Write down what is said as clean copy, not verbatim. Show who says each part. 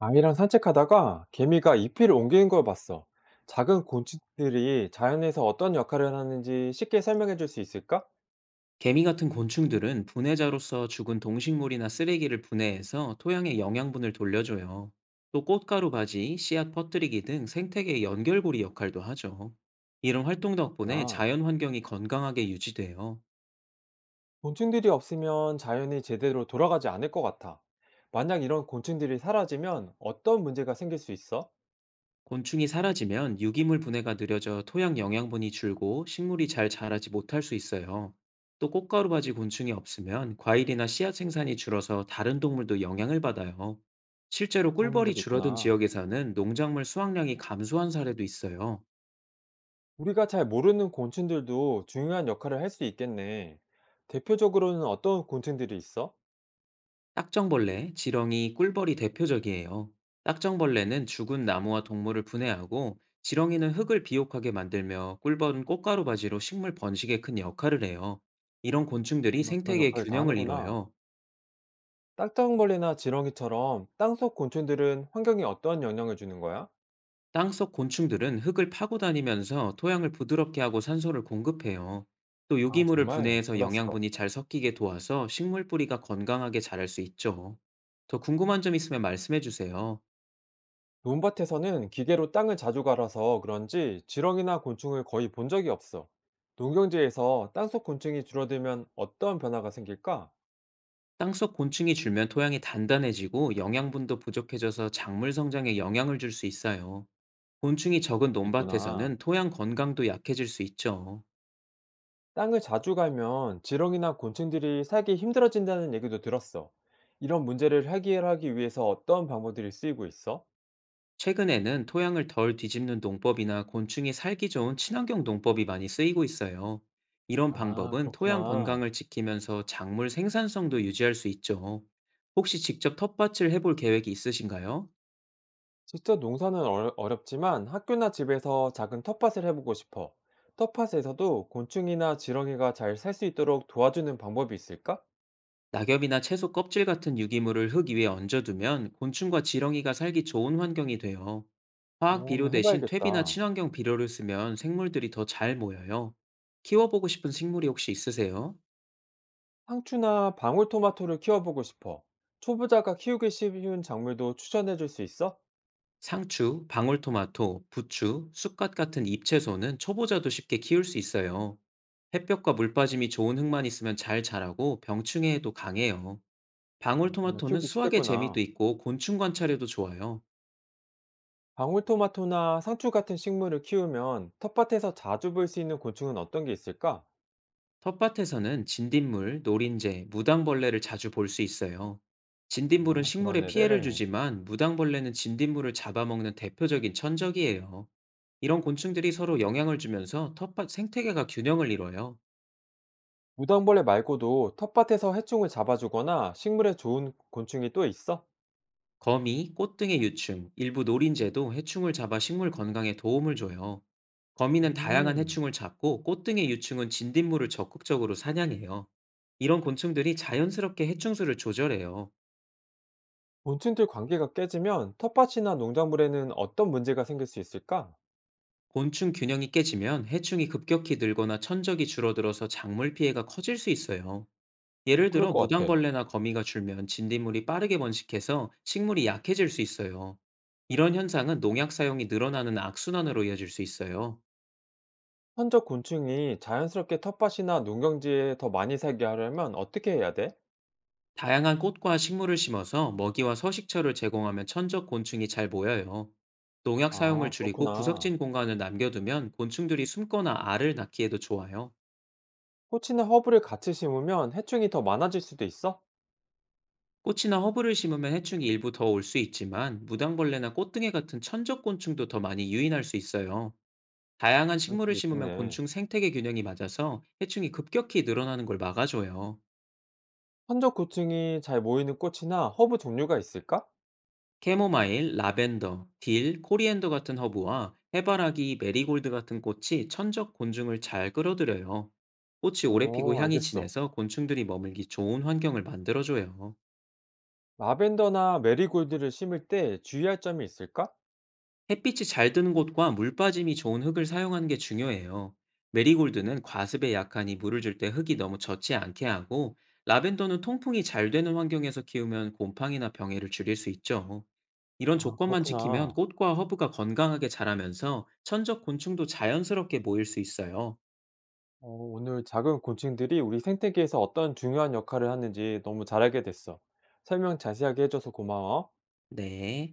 Speaker 1: 아이랑 산책하다가 개미가 잎을 옮기는 걸 봤어. 작은 곤충들이 자연에서 어떤 역할을 하는지 쉽게 설명해 줄 수 있을까?
Speaker 2: 개미 같은 곤충들은 분해자로서 죽은 동식물이나 쓰레기를 분해해서 토양에 영양분을 돌려줘요. 또 꽃가루 바지, 씨앗 퍼뜨리기 등 생태계의 연결고리 역할도 하죠. 이런 활동 덕분에
Speaker 1: 그렇구나.
Speaker 2: 자연 환경이 건강하게 유지돼요.
Speaker 1: 곤충들이 없으면 자연이 제대로 돌아가지 않을 것 같아. 만약 이런 곤충들이 사라지면 어떤 문제가 생길 수 있어?
Speaker 2: 곤충이 사라지면 유기물 분해가 느려져 토양 영양분이 줄고 식물이 잘 자라지 못할 수 있어요. 또 꽃가루 바지 곤충이 없으면 과일이나 씨앗 생산이 줄어서 다른 동물도 영향을 받아요. 실제로
Speaker 1: 그런
Speaker 2: 꿀벌이
Speaker 1: 문제도
Speaker 2: 줄어든
Speaker 1: 있구나.
Speaker 2: 지역에서는 농작물 수확량이 감소한 사례도 있어요.
Speaker 1: 우리가 잘 모르는 곤충들도 중요한 역할을 할 수 있겠네. 대표적으로는 어떤 곤충들이 있어?
Speaker 2: 딱정벌레, 지렁이, 꿀벌이 대표적이에요. 딱정벌레는 죽은 나무와 동물을 분해하고 지렁이는 흙을 비옥하게 만들며 꿀벌은 꽃가루 바지로 식물 번식에 큰 역할을 해요. 이런 곤충들이
Speaker 1: 정말 그런
Speaker 2: 생태계의
Speaker 1: 역할을 다
Speaker 2: 균형을
Speaker 1: 하는구나.
Speaker 2: 이뤄요.
Speaker 1: 땅덩어리나 지렁이처럼 땅속 곤충들은 환경에 어떤 영향을 주는 거야?
Speaker 2: 땅속 곤충들은 흙을 파고 다니면서 토양을 부드럽게 하고 산소를 공급해요. 또
Speaker 1: 아,
Speaker 2: 유기물을
Speaker 1: 정말
Speaker 2: 분해해서
Speaker 1: 몰랐어.
Speaker 2: 영양분이 잘 섞이게 도와서 식물 뿌리가 건강하게 자랄 수 있죠. 더 궁금한 점 있으면 말씀해 주세요.
Speaker 1: 논밭에서는 기계로 땅을 자주 갈아서 그런지 지렁이나 곤충을 거의 본 적이 없어. 농경지에서 땅속 곤충이 줄어들면 어떤 변화가 생길까?
Speaker 2: 땅속 곤충이 줄면 토양이 단단해지고 영양분도 부족해져서 작물 성장에 영향을 줄 수 있어요. 곤충이
Speaker 1: 그럴
Speaker 2: 적은
Speaker 1: 수도 있구나. 구나.
Speaker 2: 논밭에서는 토양 건강도 약해질 수 있죠.
Speaker 1: 땅을 자주 갈면 지렁이나 곤충들이 살기 힘들어진다는 얘기도 들었어. 이런 문제를 해결하기 위해서 어떤 방법들이 쓰이고 있어?
Speaker 2: 최근에는 토양을 덜 뒤집는 농법이나 곤충이 살기 좋은 친환경 농법이 많이 쓰이고 있어요. 이런
Speaker 1: 아,
Speaker 2: 방법은 토양
Speaker 1: 그렇구나.
Speaker 2: 건강을 지키면서 작물 생산성도 유지할 수 있죠. 혹시 직접 텃밭을 해볼 계획이 있으신가요?
Speaker 1: 직접 농사는 어렵지만 학교나 집에서 작은 텃밭을 해보고 싶어. 텃밭에서도 곤충이나 지렁이가 잘 살 수 있도록 도와주는 방법이 있을까?
Speaker 2: 낙엽이나 채소 껍질 같은 유기물을 흙 위에 얹어두면 곤충과 지렁이가 살기 좋은 환경이 돼요. 화학
Speaker 1: 오,
Speaker 2: 비료
Speaker 1: 한번
Speaker 2: 대신 퇴비나
Speaker 1: 해봐야겠다.
Speaker 2: 친환경 비료를 쓰면 생물들이 더 잘 모여요. 키워보고 싶은 식물이 혹시 있으세요?
Speaker 1: 상추나 방울토마토를 키워보고 싶어. 초보자가 키우기 쉬운 작물도 추천해줄 수 있어?
Speaker 2: 상추, 방울토마토, 부추, 쑥갓 같은 잎채소는 초보자도 쉽게 키울 수 있어요. 햇볕과 물빠짐이 좋은 흙만 있으면 잘 자라고 병충해에도 강해요.
Speaker 1: 정말
Speaker 2: 방울토마토는
Speaker 1: 키우기
Speaker 2: 수확의 재미도
Speaker 1: 쉽겠구나.
Speaker 2: 있고 곤충 관찰에도 좋아요.
Speaker 1: 방울토마토나 상추 같은 식물을 키우면 텃밭에서 자주 볼 수 있는 곤충은 어떤 게 있을까?
Speaker 2: 텃밭에서는 진딧물, 노린재, 무당벌레를 자주 볼 수 있어요. 진딧물은
Speaker 1: 아, 그런
Speaker 2: 식물에 피해를
Speaker 1: 애들.
Speaker 2: 주지만 무당벌레는 진딧물을 잡아먹는 대표적인 천적이에요. 이런 곤충들이 서로 영향을 주면서 텃밭 생태계가 균형을 이뤄요.
Speaker 1: 무당벌레 말고도 텃밭에서 해충을 잡아주거나 식물에 좋은 곤충이 또 있어?
Speaker 2: 거미, 꽃 등의 유충, 일부 노린재도 해충을 잡아 식물 건강에 도움을 줘요. 거미는 다양한
Speaker 1: 음.
Speaker 2: 해충을 잡고 꽃 등의 유충은 진딧물을 적극적으로 사냥해요. 이런 곤충들이 자연스럽게 해충수를 조절해요.
Speaker 1: 곤충들 관계가 깨지면 텃밭이나 농작물에는 어떤 문제가 생길 수 있을까?
Speaker 2: 곤충 균형이 깨지면 해충이 급격히 늘거나 천적이 줄어들어서 작물 피해가 커질 수 있어요.
Speaker 1: 어,
Speaker 2: 예를
Speaker 1: 그럴
Speaker 2: 들어
Speaker 1: 것 같아.
Speaker 2: 무당벌레나 거미가 줄면 진딧물이 빠르게 번식해서 식물이 약해질 수 있어요. 이런 현상은 농약 사용이 늘어나는 악순환으로 이어질 수 있어요.
Speaker 1: 현적 곤충이 자연스럽게 텃밭이나 농경지에 더 많이 살게 하려면 어떻게 해야 돼?
Speaker 2: 다양한 꽃과 식물을 심어서 먹이와 서식처를 제공하면 천적 곤충이 잘 모여요. 농약 사용을
Speaker 1: 아,
Speaker 2: 줄이고
Speaker 1: 그렇구나.
Speaker 2: 구석진 공간을 남겨두면 곤충들이 숨거나 알을 낳기에도 좋아요.
Speaker 1: 꽃이나 허브를 같이 심으면 해충이 더 많아질 수도 있어?
Speaker 2: 꽃이나 허브를 심으면 해충이 일부 더 올 수 있지만 무당벌레나 꽃등에 같은 천적 곤충도 더 많이 유인할 수 있어요. 다양한
Speaker 1: 그럴
Speaker 2: 식물을
Speaker 1: 수도
Speaker 2: 심으면
Speaker 1: 있겠네.
Speaker 2: 곤충 생태계 균형이 맞아서 해충이 급격히 늘어나는 걸 막아줘요.
Speaker 1: 현적 곤충이 잘 모이는 꽃이나 허브 종류가 있을까?
Speaker 2: 캐모마일, 라벤더, 딜, 코리앤더 같은 허브와 해바라기, 메리골드 같은 꽃이 천적 곤충을 잘 끌어들여요. 꽃이 오래 피고
Speaker 1: 어,
Speaker 2: 향이
Speaker 1: 알겠어.
Speaker 2: 진해서 곤충들이 머물기 좋은 환경을 만들어줘요.
Speaker 1: 라벤더나 메리골드를 심을 때 주의할 점이 있을까?
Speaker 2: 햇빛이 잘 드는 곳과 물 빠짐이 좋은 흙을 사용하는 게 중요해요. 메리골드는 과습에 약하니 물을 줄 때 흙이 너무 젖지 않게 하고, 라벤더는 통풍이 잘 되는 환경에서 키우면 곰팡이나 병해를 줄일 수 있죠. 이런
Speaker 1: 아,
Speaker 2: 조건만 지키면
Speaker 1: 그렇구나.
Speaker 2: 꽃과 허브가 건강하게 자라면서 천적 곤충도 자연스럽게 모일 수 있어요.
Speaker 1: 어, 오늘 작은 곤충들이 우리 생태계에서 어떤 중요한 역할을 하는지 너무 잘 알게 됐어. 설명 자세하게 해줘서 고마워.
Speaker 2: 네.